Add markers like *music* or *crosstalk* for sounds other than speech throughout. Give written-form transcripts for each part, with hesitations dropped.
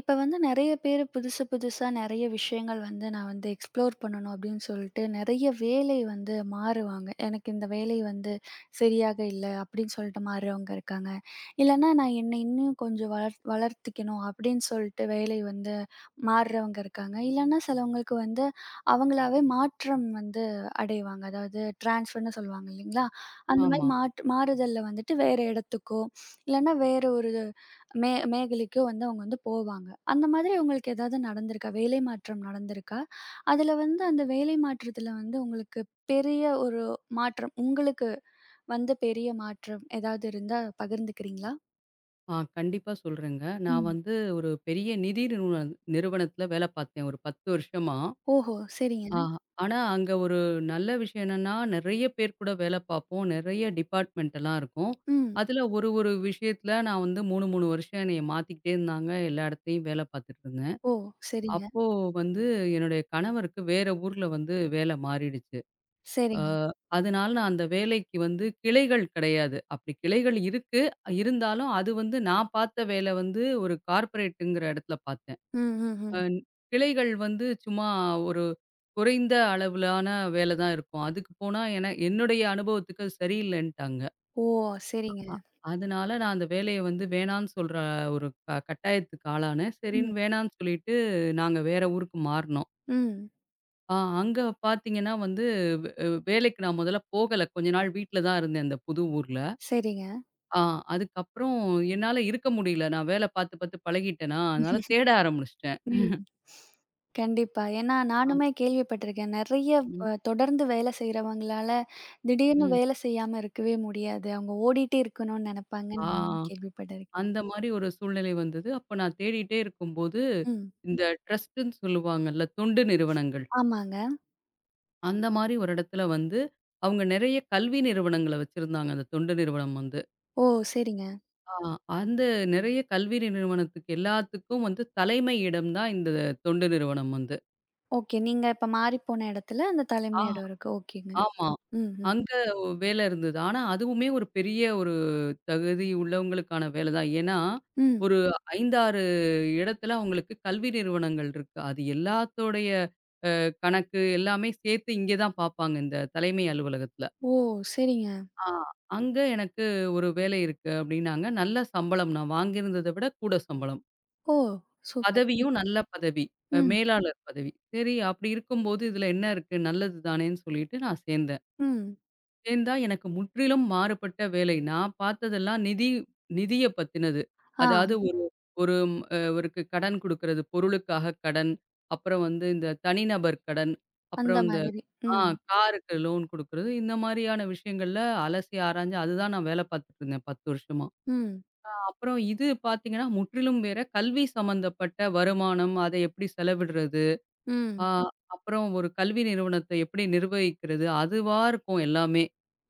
இப்ப வந்து நெறைய பேரு புதுசு புதுசா நெறைய விஷயங்கள் வந்து நான் வந்து எக்ஸ்ப்ளோர் பண்ணணும் அப்படின்னு சொல்லிட்டு நெறைய வேலை வந்து மாறுவாங்க. எனக்கு இந்த வேலை வந்து சரியாக இல்ல அப்படின்னு சொல்லிட்டு மாறுறவங்க இருக்காங்க. இல்லன்னா நான் என்னை இன்னும் கொஞ்சம் வளர்த்திக்கணும் அப்படின்னு சொல்லிட்டு வேலை வந்து மாறுறவங்க இருக்காங்க. இல்லன்னா சிலவங்களுக்கு வந்து அவங்களாவே மாற்றம் வந்து அடைவாங்க. அதாவது ட்ரான்ஸ்ஃபர்ன்னு சொல்லுவாங்க இல்லைங்களா? அந்த மாரி ஆமா. மாற்று மாறுதல்ல வந்துட்டு வேற இடத்துக்கோ, இல்லன்னா வேற ஒரு மேகலைக்கோ வந்து அவங்க வந்து போவாங்க. அந்த மாதிரி உங்களுக்கு ஏதாவது நடந்திருக்கா? வேலை மாற்றம் நடந்திருக்கா? அதுல வந்து அந்த வேலை மாற்றத்துல வந்து உங்களுக்கு பெரிய ஒரு மாற்றம் உங்களுக்கு வந்த பெரிய மாற்றம் ஏதாவது இருந்தா பகிர்ந்துக்கிறீங்களா? கண்டிப்பா சொல்றேங்க. நான் ம். வந்து ஒரு பெரிய நிதி நிறுவனத்துல வேலை பார்த்தேன் ஒரு 10 வருஷமா. ஓஹோ! சரிங்க. ஆ ஆனா அங்க ஒரு நல்ல விஷயம் என்னன்னா, நெறைய பேர் கூட வேலை பார்ப்போம். நெறைய டிபார்ட்மெண்ட் எல்லாம் இருக்கும். ம். அதுல ஒரு ஒரு விஷயத்துல நான் வந்து 3, 3 வருஷம் என்னைய மாத்திக்கிட்டே இருந்தாங்க. எல்லா இடத்துலயும் வேலை பார்த்துட்டு இருந்தேன். ஓ! சரிங்க, அப்போ வந்து என்னுடைய கணவருக்கு வேற ஊர்ல வந்து வேலை மாறிடுச்சு. அ சரிங்க. அதனால நான் அந்த வேலைக்கு வந்து கிளைகள் கிடையாது. அப்படி கிளைகள் இருக்கு. இருந்தாலும் அது வந்து நான் பார்த்த வேலை வந்து ஒரு கார்ப்பரேட்டுங்கிற இடத்துல பார்த்தேன். ம், ம், அ ம். கிளைகள் வந்து சும்மா ஒரு குறைந்த அளவிலான வேலை தான் இருக்கும். அதுக்கு போனா என்னுடைய அனுபவத்துக்கு அது சரியில்லைன்ட்டாங்க. ஓ! சரிங்க. அ அதனால நான் அந்த வேலைய வந்து வேணான்னு சொல்ற ஒரு கட்டாயத்துக்கு ஆளானேன். ம், சரின்னு வேணான்னு சொல்லிட்டு நாங்க வேற ஊருக்கு மாறுனோம். ம். ஆ அங்க பார்த்தீங்கன்னா வந்து வே வேலைக்கு நான் முதல்ல போகல. கொஞ்ச நாள் வீட்ல தான் இருந்தேன் அந்த புது ஊர்ல. சரிங்க. ஆ அதுக்கப்புறம் என்னால இருக்க முடியல. நான் வேல பார்த்து பார்த்து பழகிட்டேனா, அதனால தேட ஆரம்பிச்சுட்டேன். ம். கண்டிப்பா. ஏன்னா ஆ. நானுமே கேள்விப்பட்டிருக்கேன். நெறைய ம். அ தொடர்ந்து வேலை செய்றவங்களால, திடீர்னு ம். வேலை செய்யாம இருக்கவே முடியாது. அவங்க ஓடிட்டே இருக்கணும்னு ஆ நெனைப்பாங்கன்னு நானுமே கேள்விப்பட்டிருக்கேன். அந்த மாரி ஒரு சூழ்நிலை வந்தது. அப்ப நான் தேடிட்டே இருக்கும்போது, ம். இந்த ட்ரஸ்ட்டுன்னு சொல்லுவாங்கல்ல, தொண்டு நிறுவனங்கள். ஆமாங்க. அந்த மாரி ஒரு இடத்துல வந்து, அவங்க நெறைய கல்வி நிறுவனங்கள வச்சிருந்தாங்க அந்த தொண்டு நிறுவனம் வந்து. ஓ! சரிங்க. ஆ, அந்த நிறைய கல்வி நிறுவனத்துக்கு எல்லாத்துக்கும் வந்து தலைமை இடம் தான் இந்த தொண்டு நிறுவனம் வந்து. ஓகே. நீங்க இப்ப மாறிப்போன இடத்துல அந்த ஆ, தலைமை இடம் இருக்கு. ஓகேங்க. ஆமா. ம், ம், அங்க வேலை இருந்தது. ஆனா, அதுவுமே ஒரு பெரிய ஒரு தகுதி உள்ளவங்களுக்கான வேலை தான். ஏன்னா, ம். ஒரு 5, 6 இடத்துல அவங்களுக்கு கல்வி நிறுவனங்கள் இருக்கு. அது எல்லாத்தோடைய கணக்கு எல்லாமே சேர்த்து இங்கே தான் பார்ப்பாங்க, இந்த தலைமை அலுவலகத்துல. ஓ! சரிங்க. ஆ, அங்க எனக்கு ஒரு வேலை இருக்கு அப்படின்னாங்க. நல்ல சம்பளம். நான் வாங்கியிருந்தத விட கூட சம்பளம். ஓ! சூப்பர். பதவியும் நல்ல பதவி. ம், மேலாளர் பதவி. சரி அப்படி இருக்கும்போது, இதில என்ன இருக்கு? நல்லது தானேன்னு சொல்லிட்டு நான் சேர்ந்தேன். ம். சேர்ந்தா எனக்கு முற்றிலும் மாறுபட்ட வேலை. நான் பார்த்ததெல்லாம் நிதிய பத்தினது. ஆ அதாவது ஒரு ஒரு அ அவருக்கு கடன் குடுக்கறது. பொருளுக்காக கடன். அப்புறம் வந்து இந்த தனிநபர் கடன். அந்த அப்புறம் இந்த மாதிரி. ஆ ம், காருக்கு லோன் குடுக்கறது. இந்த மாரியான விஷயங்கள்ல அலசி ஆராய்ஞ்சு அதுதான் நான் வேலை பார்த்துட்டு இருந்தேன் 10 வருஷமா. ம், அப்புறம் இது பார்த்தீங்கன்னா, முற்றிலும் வேற. கல்வி சம்மந்தப்பட்ட வருமானம், அதை எப்படி செலவிடுறது? ஆ ம். அப்புறம் ஒரு கல்வி நிறுவனத்தை எப்படி நிர்வகிக்கிறது? அதுவா இருக்கும் எல்லாமே.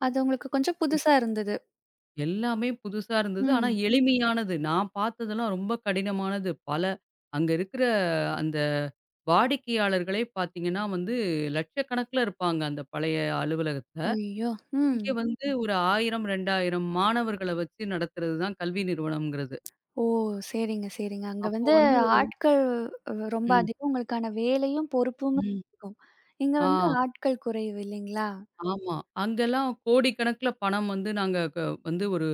அது உங்களுக்கு கொஞ்சம் புதுசா இருந்தது. எல்லாமே புதுசா இருந்தது. ஆனா ம். எளிமையானது. நான் பார்த்ததெல்லாம் ரொம்ப கடினமானது. பல அங்க இருக்கிற அந்த வாடிக்கையாளர்களே பார்த்தீங்கன்னா வந்து, லட்சக்கணக்கில இருப்பாங்க அந்த பழைய அலுவலகத்தில. ஐயோ! ம். இங்க வந்து ஒரு 1000, 2000 மாணவர்கள வச்சு நடத்துறது தான் கல்வி நிறுவனம்ங்கிறது. ஓ! சரிங்க, சரிங்க. அங்க அப்போ வந்து வந்து ஒரு ஆட்கள் ரொம்ப ம், அதிகம். உங்களுக்கான வேலையும், பொறுப்பும் ம். இருக்கும். இங்க வந்து ஆ. ஆட்கள் குறைவு இல்லைங்களா? ஆமா. அங்கெல்லாம் கோடிக்கணக்குல பணம் வந்து நாங்க வந்து ஒரு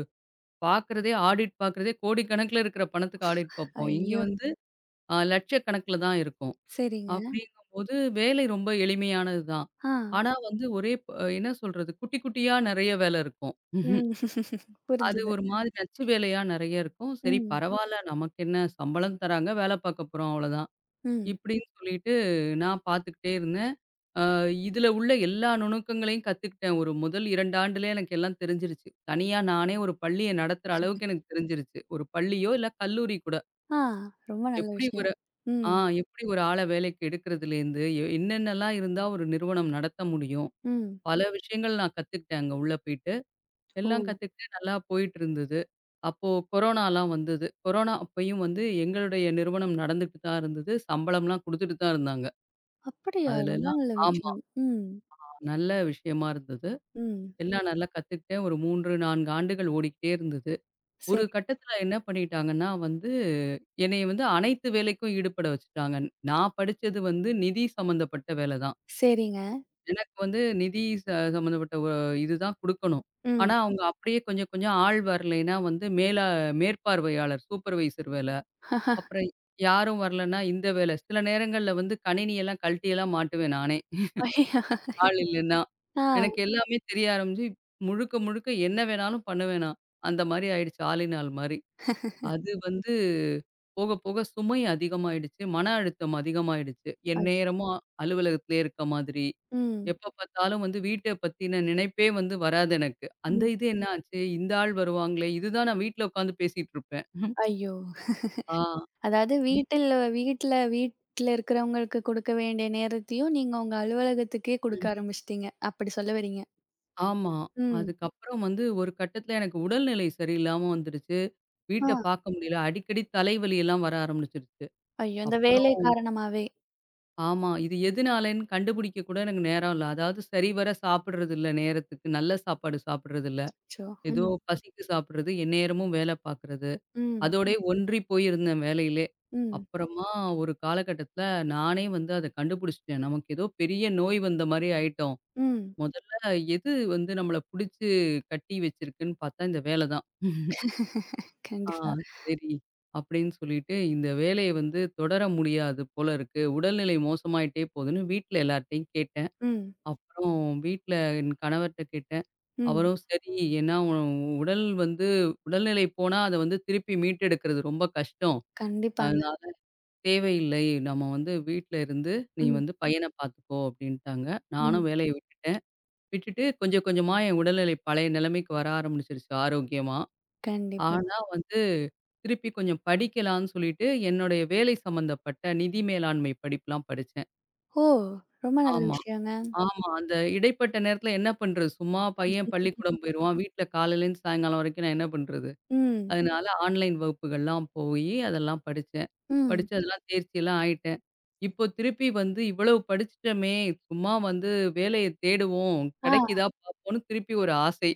ஆடிட் பார்க்குறதே கோடிக்கணக்குல இருக்கிற பணத்துக்கு ஆடிட் பார்ப்போம். இங்க ஐயோ! வந்து லட்சக்கணக்குல தான் இருக்கும். சரிங்க. அப்படிங்கும்போது வேலை ரொம்ப எளிமையானது தான். ஆ. ஆனா வந்து ஒரே என்ன சொல்றது? குட்டி குட்டியா நெறைய வேலை இருக்கும். ம். *laughs* அது புரிஞ்சுது. ஒரு மாதிரி நச்சு வேலையா நெறைய இருக்கும். சரி ம், பரவால்ல நமக்கு என்ன சம்பளம் தராங்க, வேலை பார்க்க போறோம் அவ்வளோதான். ம். இப்படின்னு சொல்லிட்டு நான் பார்த்துக்கிட்டே இருந்தேன். அ இதுல உள்ள எல்லா நுணுக்கங்களையும் கத்துக்கிட்டேன். ஒரு முதல் 2 ஆண்டுலயே எனக்கு எல்லாம் தெரிஞ்சிருச்சு. தனியா நானே ஒரு பள்ளிய நடத்துற அளவுக்கு எனக்கு தெரிஞ்சிருச்சு. ஒரு பள்ளியோ, இல்ல கல்லூரி கூட. ஆ ரொம்ப நல்ல எப்படி ஒரு விஷயம். ஆ ம், எப்படி ஒரு ஆள வேலைக்கு எடுக்கிறதுலேருந்து, என்னென்னலாம் இருந்தா ஒரு நிறுவனம் நடத்த முடியும். ம். பல விஷயங்கள் நான் கத்துக்கிட்டேன் அங்க உள்ள போயிட்டு. ஓ! எல்லாம் கத்துக்கிட்டு நல்லா போயிட்டு இருந்தது. அப்போ கொரோனாலாம் வந்தது. கொரோனா அப்பயும் வந்து எங்களுடைய நிறுவனம் நடந்துட்டு தான் இருந்தது. சம்பளம்லாம் குடுத்துட்டு தான் இருந்தாங்க. அப்படியா? ரொம்ப அதுலலாம் நல்ல ஆமா. விஷயம். ம், நல்ல விஷயமா இருந்தது. ம். எல்லாம் நல்லா கத்துக்கிட்டேன். ஒரு 3, 4 ஆண்டுகள் ஓடிக்கிட்டே இருந்தது. ஒரு சரி, கட்டத்தில என்ன பண்ணிட்டாங்கன்னா வந்து, என்னைய வந்து அனைத்து வேலைக்கும் ஈடுபட வச்சுட்டாங்க. நான் படிச்சது வந்து நிதி சம்மந்தப்பட்ட வேலை தான். சரிங்க. எனக்கு வந்து நிதி ச சம்மந்தப்பட்ட இதுதான் குடுக்கணும். ம். ஆனா, அவங்க அப்படியே கொஞ்சம் கொஞ்சம் ஆள் வரலைன்னா வந்து மேற்பார்வையாளர், சூப்பர்வைசர் வேல. *laughs* அப்புறம் யாரும் வரலன்னா இந்த வேல. சில நேரங்கள்ல வந்து கணினியெல்லாம் கழட்டியெல்லாம் மாட்டுவேன் நானே. ஐய! ஆள் இல்லன்னா. எனக்கு ஆ. எல்லாமே தெரிய ஆரம்பிச்சு, முழுக்க முழுக்க என்ன வேணாலும் பண்ணுவேன் நான். அந்த மாரி ஆயிடுச்சு. ஆளின் ஆள் மாரி. அது வந்து போக போக சுமை அதிகமாயிடுச்சு. மன அழுத்தம் அதிகமாயிடுச்சு. அச் எந்நேரமும் அலுவலகத்திலேயே இருக்க மாதிரி. ம், எப்ப பார்த்தாலும் வந்து வீட்ட பத்தின நினைப்பே வந்து வராது எனக்கு. அந்த ம். இது என்ன ஆச்சு? இந்த ஆள் வருவாங்களே! இதுதான் நான் வீட்ல உட்காந்து பேசிட்டு இருப்பேன். ஐயோ! ஆ. அதாவது இ வீட்டில் வீட்ல வீட்ல இருக்கிறவங்களுக்கு குடுக்க வேண்டிய நேரத்தையும், நீங்க உங்க அலுவலகத்துக்கே குடுக்க ஆரம்பிச்சுட்டீங்க. அப்படி சொல்ல வரீங்க. ஆமா. ம். அதுக்கப்புறம் வந்து ஒரு கட்டத்தில எனக்கு உடல்நிலை சரியில்லாம வந்துருச்சு. ஆ. வீட்ட பார்க்க முடியல. அடிக்கடி தலைவலி எல்லாம் வர ஆரம்பிச்சுருச்சு. ஐயோ! இந்த அப்புறம் வேலை காரணமாவே. ஆமா. இது எதுனாலன்னு கண்டுபிடிக்க கூட எனக்கு நேரம் இல்ல. அதாவது சரிவர சாப்பிடுறது இல்ல நேரத்துக்கு. நல்ல சாப்பாடு சாப்பிடுறது இல்ல. அச்சோ! ஏதோ ம். பசிக்கு சாப்பிடுறது, எந்நேரமும் வேல பார்க்குறது. ம். அதோடயே ஒன்றி போயிருந்தேன் வேலையிலே. ம். அப்புறமா ஒரு காலகட்டத்தில நானே வந்து அத கண்டுபிடிச்சுட்டேன். நமக்கு ஏதோ பெரிய நோய் வந்த மாரி ஆயிட்டோம். ம். முதல்ல எது வந்து நம்மள புடிச்சு கட்டி வச்சிருக்குன்னு பார்த்தா, இந்த வேல தான். ஆ கண்டிப்பா. சரி அப்படின்னு சொல்லிட்டு, இந்த வேலைய வந்து தொடர முடியாது போல இருக்கு. உடல்நிலை மோசமாயிட்டே போகுதுன்னு வீட்ல எல்லார்ட்டயும் கேட்டேன். ம். அப்புறம் வீட்ல என் கணவர்ட்ட கேட்டேன். ம். அவரும் சரி ஏன்னா உடல் வந்து உடல்நிலை போனா அத வந்து திருப்பி மீட்டெடுக்கிறது ரொம்ப கஷ்டம். கண்டிப்பாங்க. அதனால தேவையில்லை. நம்ம வந்து வீட்ல இருந்து நீ ம். வந்து பையன பார்த்துக்கோ அப்படின்ட்டாங்க. ம். நானும் வேலைய விட்டுட்டேன். விட்டுட்டு கொஞ்சம் கொஞ்சமா என் உடல்நிலை பழைய நிலைமைக்கு வர ஆரம்பிச்சிருச்சு ஆரோக்கியமா. கண்டிப்பா. ஆனா வந்து திருப்பி கொஞ்சம் படிக்கலான்னு சொல்லிட்டு என்னுடைய வேலை சம்மந்தப்பட்ட நிதி மேலாண்மை படிப்புலாம் படிச்சேன். ஓ! ரொம்ப நல்ல ஆமா, விஷயங்க. ஆமா. அந்த இடைப்பட்ட நேரத்தில என்ன பண்றது? சும்மா பையன் *laughs* பள்ளிக்கூடம் போயிருவான். வீட்ல காலையிலேருந்து சாயங்காலம் வரைக்கும் நான் என்ன பண்றது? ம். அதனால ஆன்லைன் வகுப்புகள்லாம் போயி அதெல்லாம் படிச்சேன். ம். படிச்சு அதெல்லாம் தேர்ச்சிலாம் ஆயிட்டேன். இப்போ திருப்பி வந்து இவ்வளவு படிச்சுட்டோமே! சும்மா வந்து வேலைய தேடுவோம். ஆ. கிடைக்குதா பார்ப்போம்ன்னு திருப்பி ஒரு ஆசை.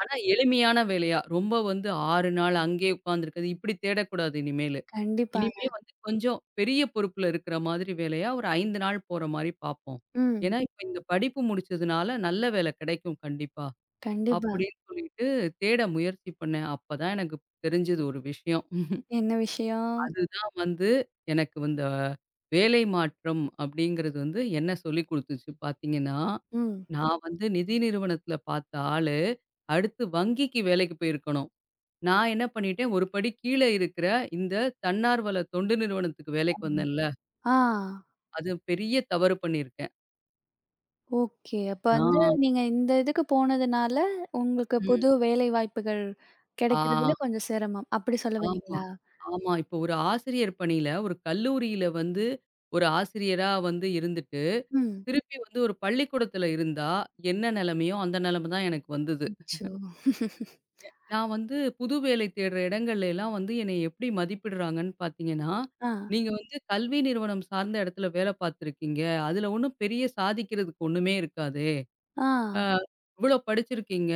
ஆனா எளிமையான வேலையா, ரொம்ப வந்து 6 நாள் அங்கேயே உட்காந்துருக்கிறது, இப்படி தேடக்கூடாது இனிமேலு. கண்டிப்பாங்க. இனிமே வந்து கொஞ்சம் பெரிய பொறுப்புல இருக்கிற மாதிரி வேலையா, ஒரு 5 நாள் போற மாரி பார்ப்போம். ம். ஏன்னா, இப்ப இந்த படிப்பு முடிச்சதுனால நல்ல வேலை கிடைக்கும் கண்டிப்பா. கண்டிப்பா. அப்படின்னு சொல்லிட்டு தேட முயற்சி பண்ணேன். அப்பதான் எனக்கு தெரிஞ்சது ஒரு விஷயம். என்ன விஷயம்? அதுதான் வந்து எனக்கு இந்த வேலை மாற்றம் அப்படிங்கிறது வந்து என்ன சொல்லிக் குடுத்துச்சு பார்த்தீங்கன்னா, ம். நான் வந்து நிதி நிறுவனத்தில பார்த்த ஆளு, அடுத்து வங்கிக்கு வேலைக்கு போயிருக்கணும். நான் என்ன பண்ணிட்டேன், ஒரு படி கீழ இருக்கிற இந்த தன்னார்வல தொண்டு நிறுவனத்துக்கு வேலைக்கு வந்தேன்ல, ஆ. அது பெரிய தவறு பண்ணியிருக்கேன். ஓகே. அப்ப ஆ, வந்து நீங்க இந்த இதுக்கு போனதுனால, உங்களுக்கு ம். புது வேலை வாய்ப்புகள் ஆ, கிடைக்கிறதுல கொஞ்சம் சிரமம். அப்படி சொல்ல ஆமா, வரீங்களா? ஆமா. இப்போ ஒரு ஆசிரியர் பணியில, ஒரு கல்லூரியில வந்து ஒரு ஆசிரியரா வந்து இருந்துட்டு, ம். திருப்பி வந்து ஒரு பள்ளிக்கூடத்துல இருந்தா, என்ன நெலைமையோ அந்த நெலைம தான் எனக்கு வந்தது. அச்சோ! நான் வந்து புது வேலை தேடுற இடங்கள்ல எல்லாம் வந்து என்னை எப்படி மதிப்பிடுறாங்கன்னு பார்த்தீங்கன்னா, ஆ, நீங்க வந்து கல்வி நிறுவனம் சார்ந்த இடத்துல வேலை பார்த்துருக்கீங்க. அதுல ஒண்ணும் பெரிய சாதிக்கிறதுக்கு ஒண்ணுமே இருக்காதே. ஆ. ஆ இவ்ளோ படிச்சிருக்கீங்க.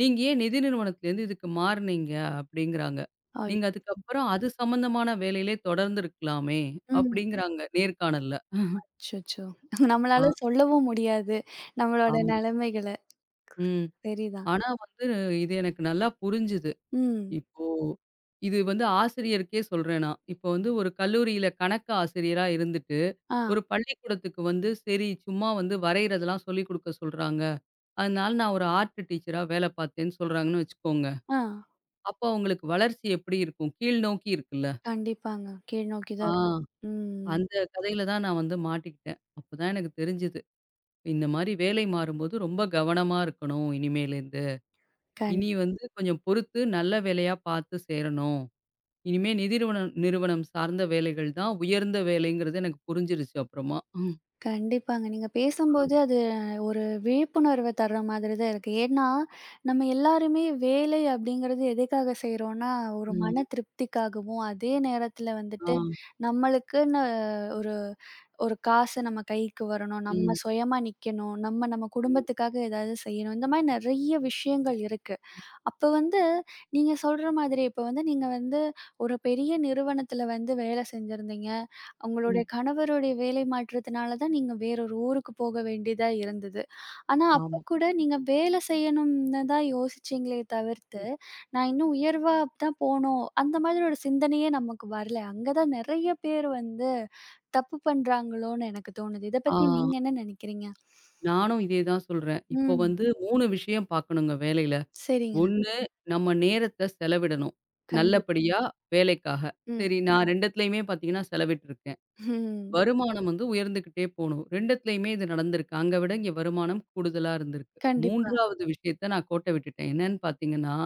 நீங்க ஏன் நிதி நிறுவனத்துலேருந்து இதுக்கு மாறுனீங்க? அப்படிங்கிறாங்க. ஐ நீங்க அதுக்கப்புறம் அது சம்மந்தமான வேலையிலே தொடர்ந்துருக்கலாமே ம். அப்படிங்கிறாங்க நேர்காணல்ல. அச்சச்சோ! *laughs* ஆ நம்மளால சொல்லவும் முடியாது. நம்மளோட ஆமா. நிலைமைகள. ம். சரிதான். ஆனா வந்து இது எனக்கு நல்லா புரிஞ்சுது. ம். இப்போ இது வந்து ஆசிரியருக்கே சொல்றேன் நான். இப்போ வந்து ஒரு கல்லூரியில கணக்கு ஆசிரியரா இருந்துட்டு, ஆ, ஒரு பள்ளிக்கூடத்துக்கு வந்து சரி சும்மா வந்து வரையிறதெல்லாம் சொல்லிக் குடுக்க சொல்றாங்க. அதனால நான் ஒரு ஆர்ட் டீச்சரா வேலை பார்த்தேன்னு சொல்றாங்கன்னு வச்சுக்கோங்க. ஆ. அப்போ அவங்களுக்கு வளர்ச்சி எப்படி இருக்கும்? கீழ் நோக்கி இருக்குல்ல. கண்டிப்பாங்க. கீழ்நோக்கி ஆ தான் இருக்கும். ம். அந்த கதையில தான் நான் வந்து மாட்டிக்கிட்டேன். அப்பதான் எனக்கு தெரிஞ்சது. இந்த மாரி வேலை மாறும்போது ரொம்ப கவனமா இருக்கணும் இனிமேலேருந்து. கண் இனி வந்து கொஞ்சம் பொறுத்து நல்ல வேலையா பார்த்து சேரணும். இனிமே நிதி நிறுவனம் நிறுவனம் சார்ந்த வேலைகள் தான் உயர்ந்த வேலைங்கிறது எனக்கு புரிஞ்சிருச்சு அப்புறமா. ம். கண்டிப்பாங்க. நீங்க பேசும்போது அது ஒரு விழிப்புணர்வ தர்ற மாதிரி தான் இருக்கு. ஏன்னா, நம்ம எல்லாருமே வேலை அப்படிங்கிறது எதுக்காக செய்றோம்னா, ஒரு மன ம். திருப்திக்காகவும், அதே நேரத்தில ஆ. வந்துட்டு நம்மளுக்குன்னு ஒரு ஒரு காசு நம்ம கைக்கு வரணும், நம்ம ம். சுயமா நிக்கணும், நம்ம நம்ம ம். குடும்பத்துக்காக ஏதாவது செய்யணும். இந்த மாரி நெறைய விஷயங்கள் இருக்கு. அப்ப வந்து நீங்க சொல்ற மாதிரி, இப்ப வந்து நீங்க வந்து ஒரு பெரிய நிறுவனத்துல வந்து வேலை செஞ்சிருந்தீங்க. உங்களுடைய ம். கணவருடைய வேலை மாற்றத்தினால தான் நீங்க வேறொரு ஊருக்கு போக வேண்டியதா இருந்தது. ஆனா, அப்ப ஆமா. கூட நீங்க வேலை செய்யணும்னு தான் யோசிச்சீங்களே தவிர்த்து, ம். நான் இன்னும் உயர்வா தான் போணும். அந்த மாதிரி ஒரு சிந்தனையே நமக்கு வரல. அங்க தான் நெறைய பேர் வந்து தப்பு பண்றாங்களோன்னு எனக்கு தோணுது. இத ஆ. பத்தி நீங்க என்ன நெனைக்கிறீங்க? நானும் இதே தான் சொல்றேன். இப்போ ம். வந்து 3 விஷயம் பார்க்கணுங்க வேலையில. சரிங்க. 1, நம்ம நேரத்த செலவிடணும். கண்டிப் நல்லபடியா வேலைக்காக. ம். சரி நான் 2த்துலயுமே பார்த்தீங்கன்னா செலவிட்டுருக்கேன். ம். வருமானம் வந்து உயர்ந்துகிட்டே போணும். 2த்துலயுமே இது நடந்திருக்கு. அங்க விட இங்க வருமானம் கூடுதலா இருந்திருக்கு. கண்டிப்பா. 3வது விஷயத்த நான் கோட்ட விட்டுட்டேன். என்னன்னு பார்த்தீங்கன்னா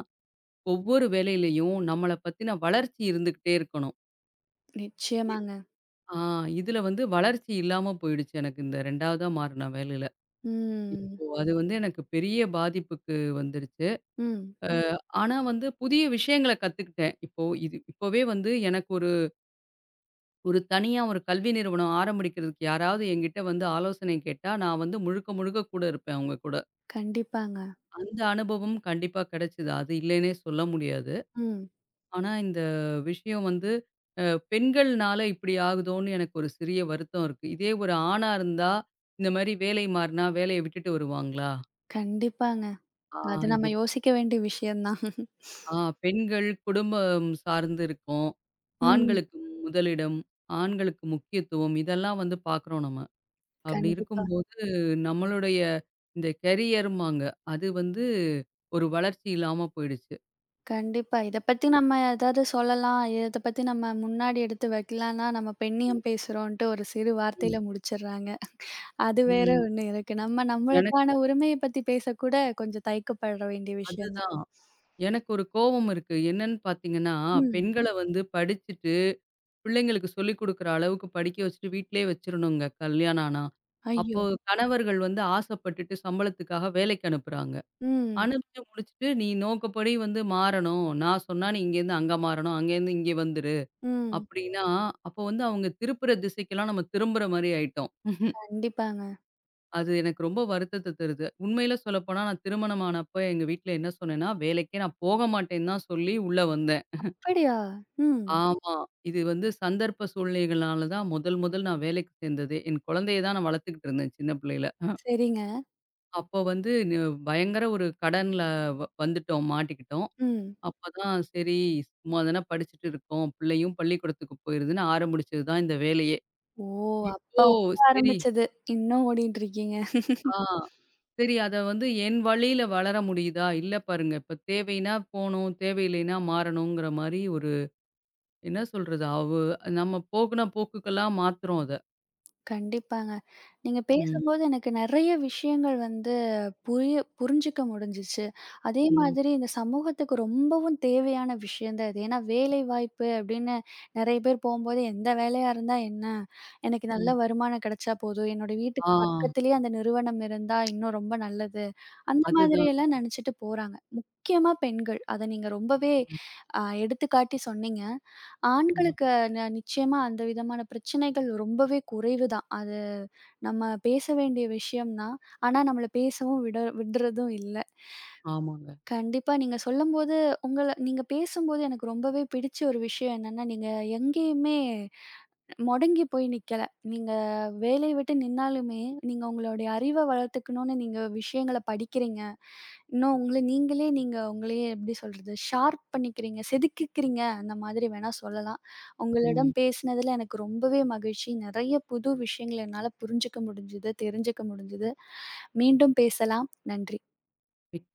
ஒவ்வொரு வேலையிலயும் நம்மள பத்தின வளர்ச்சி இருந்துகிட்டே இருக்கணும். இ நிச்சயமாங்க. ஆ இதுல வந்து வளர்ச்சி இல்லாம போயிடுச்சு எனக்கு இந்த 2வதா மாறுன வேலையில. ம். இப்போ அது வந்து எனக்கு பெரிய பாதிப்புக்கு வந்துருச்சு. ம். அ ஆனா வந்து புதிய விஷயங்கள கத்துக்கிட்டேன். இப்போ இது இப்பவே வந்து எனக்கு ஒரு ஒரு தனியா ஒரு கல்வி நிறுவனம் ஆரம்பிக்கிறதுக்கு யாராவது என்கிட்ட வந்து ஆலோசனை கேட்டா, நான் வந்து முழுக்க முழுக்க கூட இருப்பேன் அவங்க கூட. கண்டிப்பாங்க. அந்த அனுபவம் கண்டிப்பா கிடைச்சது. அது இல்லைன்னே சொல்ல முடியாது. ம். ஆனா, இந்த விஷயம் வந்து அ பெண்கள்னால இப்படி ஆகுதோன்னு எனக்கு ஒரு சிறிய வருத்தம் இருக்கு. இதே ஒரு ஆணா இருந்தா, இந்த மாரி வேலை மாறுனா வேலைய விட்டுட்டு வருவாங்களா? கண்டிப்பாங்க. ஆ அது இது நம்ம யோசிக்க வேண்டிய விஷயம் தான். ஆ பெண்கள் குடும்பம் சார்ந்து இருக்கோம். ம். ஆண்களுக்கு முதலிடம், ஆண்களுக்கு முக்கியத்துவம் இதெல்லாம் வந்து பார்க்குறோம் நம்ம. அப்படி கண்டிப்பா, இருக்கும்போது நம்மளுடைய இந்த கெரியர்ம்பாங்க, அது வந்து ஒரு வளர்ச்சி இல்லாம போயிடுச்சு. கண்டிப்பா. இத பத்தி நம்ம ஏதாவது சொல்லலாம். இத பத்தி நம்ம முன்னாடி எடுத்து வைக்கலான்னா, நம்ம ம், பெண்ணியம் பேசுறோன்ட்டு ஒரு சிறு ம், வார்த்தையில முடிச்சுடுறாங்க. அது வேற ம். ஒண்ணு இருக்கு. நம்ம எனக்கு நம்மளுக்கான உரிமைய பத்தி பேசக்கூட கொஞ்சம் தயக்கப்பட வேண்டிய விஷயம் தான். அதுதான். எனக்கு ஒரு கோவம் இருக்கு. என்னன்னு பார்த்தீங்கன்னா, ம். பெண்கள வந்து படிச்சுட்டு, பிள்ளைங்களுக்கு சொல்லிக் குடுக்குற அளவுக்கு படிக்க வச்சுட்டு வீட்லயே வச்சுரணுங்க, கல்யாணம் ஆனா. அப்போ ஐயோ! கணவர்கள் வந்து ஆசைப்பட்டுட்டு சம்பளத்துக்காக வேலைக்கு அனுப்புறாங்க. ம். அனுப்பிச்சு முடிச்சுட்டு, "நீ நோக்கப்படி வந்து மாறணும். நான் சொன்னா நீ இங்கேருந்து அங்க மாறணும். அங்கேருந்து இங்க வந்துரு." ம். அப்படின்னா, அப்போ வந்து அவங்க திருப்புற திசைக்கெல்லாம் நம்ம திரும்புற மாரி ஆயிட்டோம். கண்டிப்பாங்க. அது எனக்கு ரொம்ப வருத்தத்த தருது. உண்மையில சொல்லப்போனா, நான் திருமணம் ஆனப்ப எங்க வீட்ல என்ன சொன்னேன்னா, "வேலைக்கே நான் போக மாட்டேன்னு தான் சொல்லி உள்ள வந்தேன்." அப்படியா? ம். ஆமா. இது வந்து சந்தர்ப்ப சூழ்நிலைகள்னால தான் முதல் முதல் நான் வேலைக்கு சேர்ந்ததே. என் குழந்தைய தான் நான் வளர்த்துக்கிட்டு இருந்தேன் சின்ன பிள்ளையில. சரிங்க. அப்போ வந்து பயங்கர ஒரு கடன்ல வந்துட்டோம், மாட்டிக்கிட்டோம். ம். அப்பதான் சரி சும்மா தானே படிச்சுட்டு இருக்கோம். பிள்ளையும் பள்ளிக்கூடத்துக்கு போயிருதுன்னு ஆரம்பிச்சது தான் இந்த வேலையே. ஓ! அப்ப இப்போ ஓட சரி ஆரம்பிச்சது. இன்னும் ஓடிட்டுருக்கீங்க. ஆ சரி அத வந்து என் வழியில வளர முடியுதா? இல்ல பாருங்க இப்ப தேவைன்னா போணும், தேவையில்லைன்னா மாறணுங்கிற மாரி ஒரு என்ன சொல்றது? நம்ம போக்குன போக்குக்கெல்லாம் மாத்துறோம் அத. கண்டிப்பாங்க. நீங்க ம். பேசும்போது எனக்கு நெறைய விஷயங்கள் வந்து புரிஞ்சுக்க முடிஞ்சுச்சு. அதே ம். மாதிரி இந்த சமூகத்துக்கு ரொம்பவும் தேவையான விஷயம் தான் இது. ஏன்னா வேலைவாய்ப்பு அப்படின்னு நெறைய பேர் போம்போது, எந்த வேலையா இருந்தா என்ன? எனக்கு நல்ல ம். வருமானம் கிடைச்சா போதும். என்னோட ஆ. வீட்டுக்கு பக்கத்திலேயே அந்த நிறுவனம் இருந்தா இன்னும் ரொம்ப நல்லது. அந்த மாதிரி அதுதான். எல்லாம் நெனச்சுட்டு போறாங்க. முக்கியமா பெண்கள். அத நீங்க ரொம்பவே ம். எடுத்துக்காட்டி சொன்னீங்க. ம். ஆண்களுக்கு நிச்சயமா அந்த விதமான பிரச்சனைகள் ரொம்பவே குறைவு தான். அது நம்ம பேச வேண்டிய விஷயம் தான். ஆனா, நம்மள பேசவும் விட விடுறதும் இல்ல. ஆமாங்க. கண்டிப்பா. நீங்க சொல்லும்போது, உங்கள நீங்க பேசும்போது எனக்கு ரொம்பவே பிடிச்ச ஒரு விஷயம் என்னன்னா, நீங்க எங்கேயுமே மொடங்கி போய் நிக்கல. நீங்க வேலைய விட்டு நின்னாலுமே, நீங்க உங்களுடைய அறிவ வளர்த்துக்கணும்னு நீங்க விஷயங்கள படிக்கிறீங்க. இன்னும் உங்கள நீங்களே நீங்க உங்களையே எப்படி சொல்றது? ஷார்ப் பண்ணிக்கிறீங்க, செதுக்கிக்கிறீங்க அந்த மாதிரி வேணா சொல்லலாம். ம். உங்களிடம் பேசினதுல எனக்கு ரொம்பவே மகிழ்ச்சி. நெறைய புது விஷயங்கள என்னால புரிஞ்சுக்க முடிஞ்சது, தெரிஞ்சுக்க முடிஞ்சது. மீண்டும் பேசலாம். நன்றி. மிக்க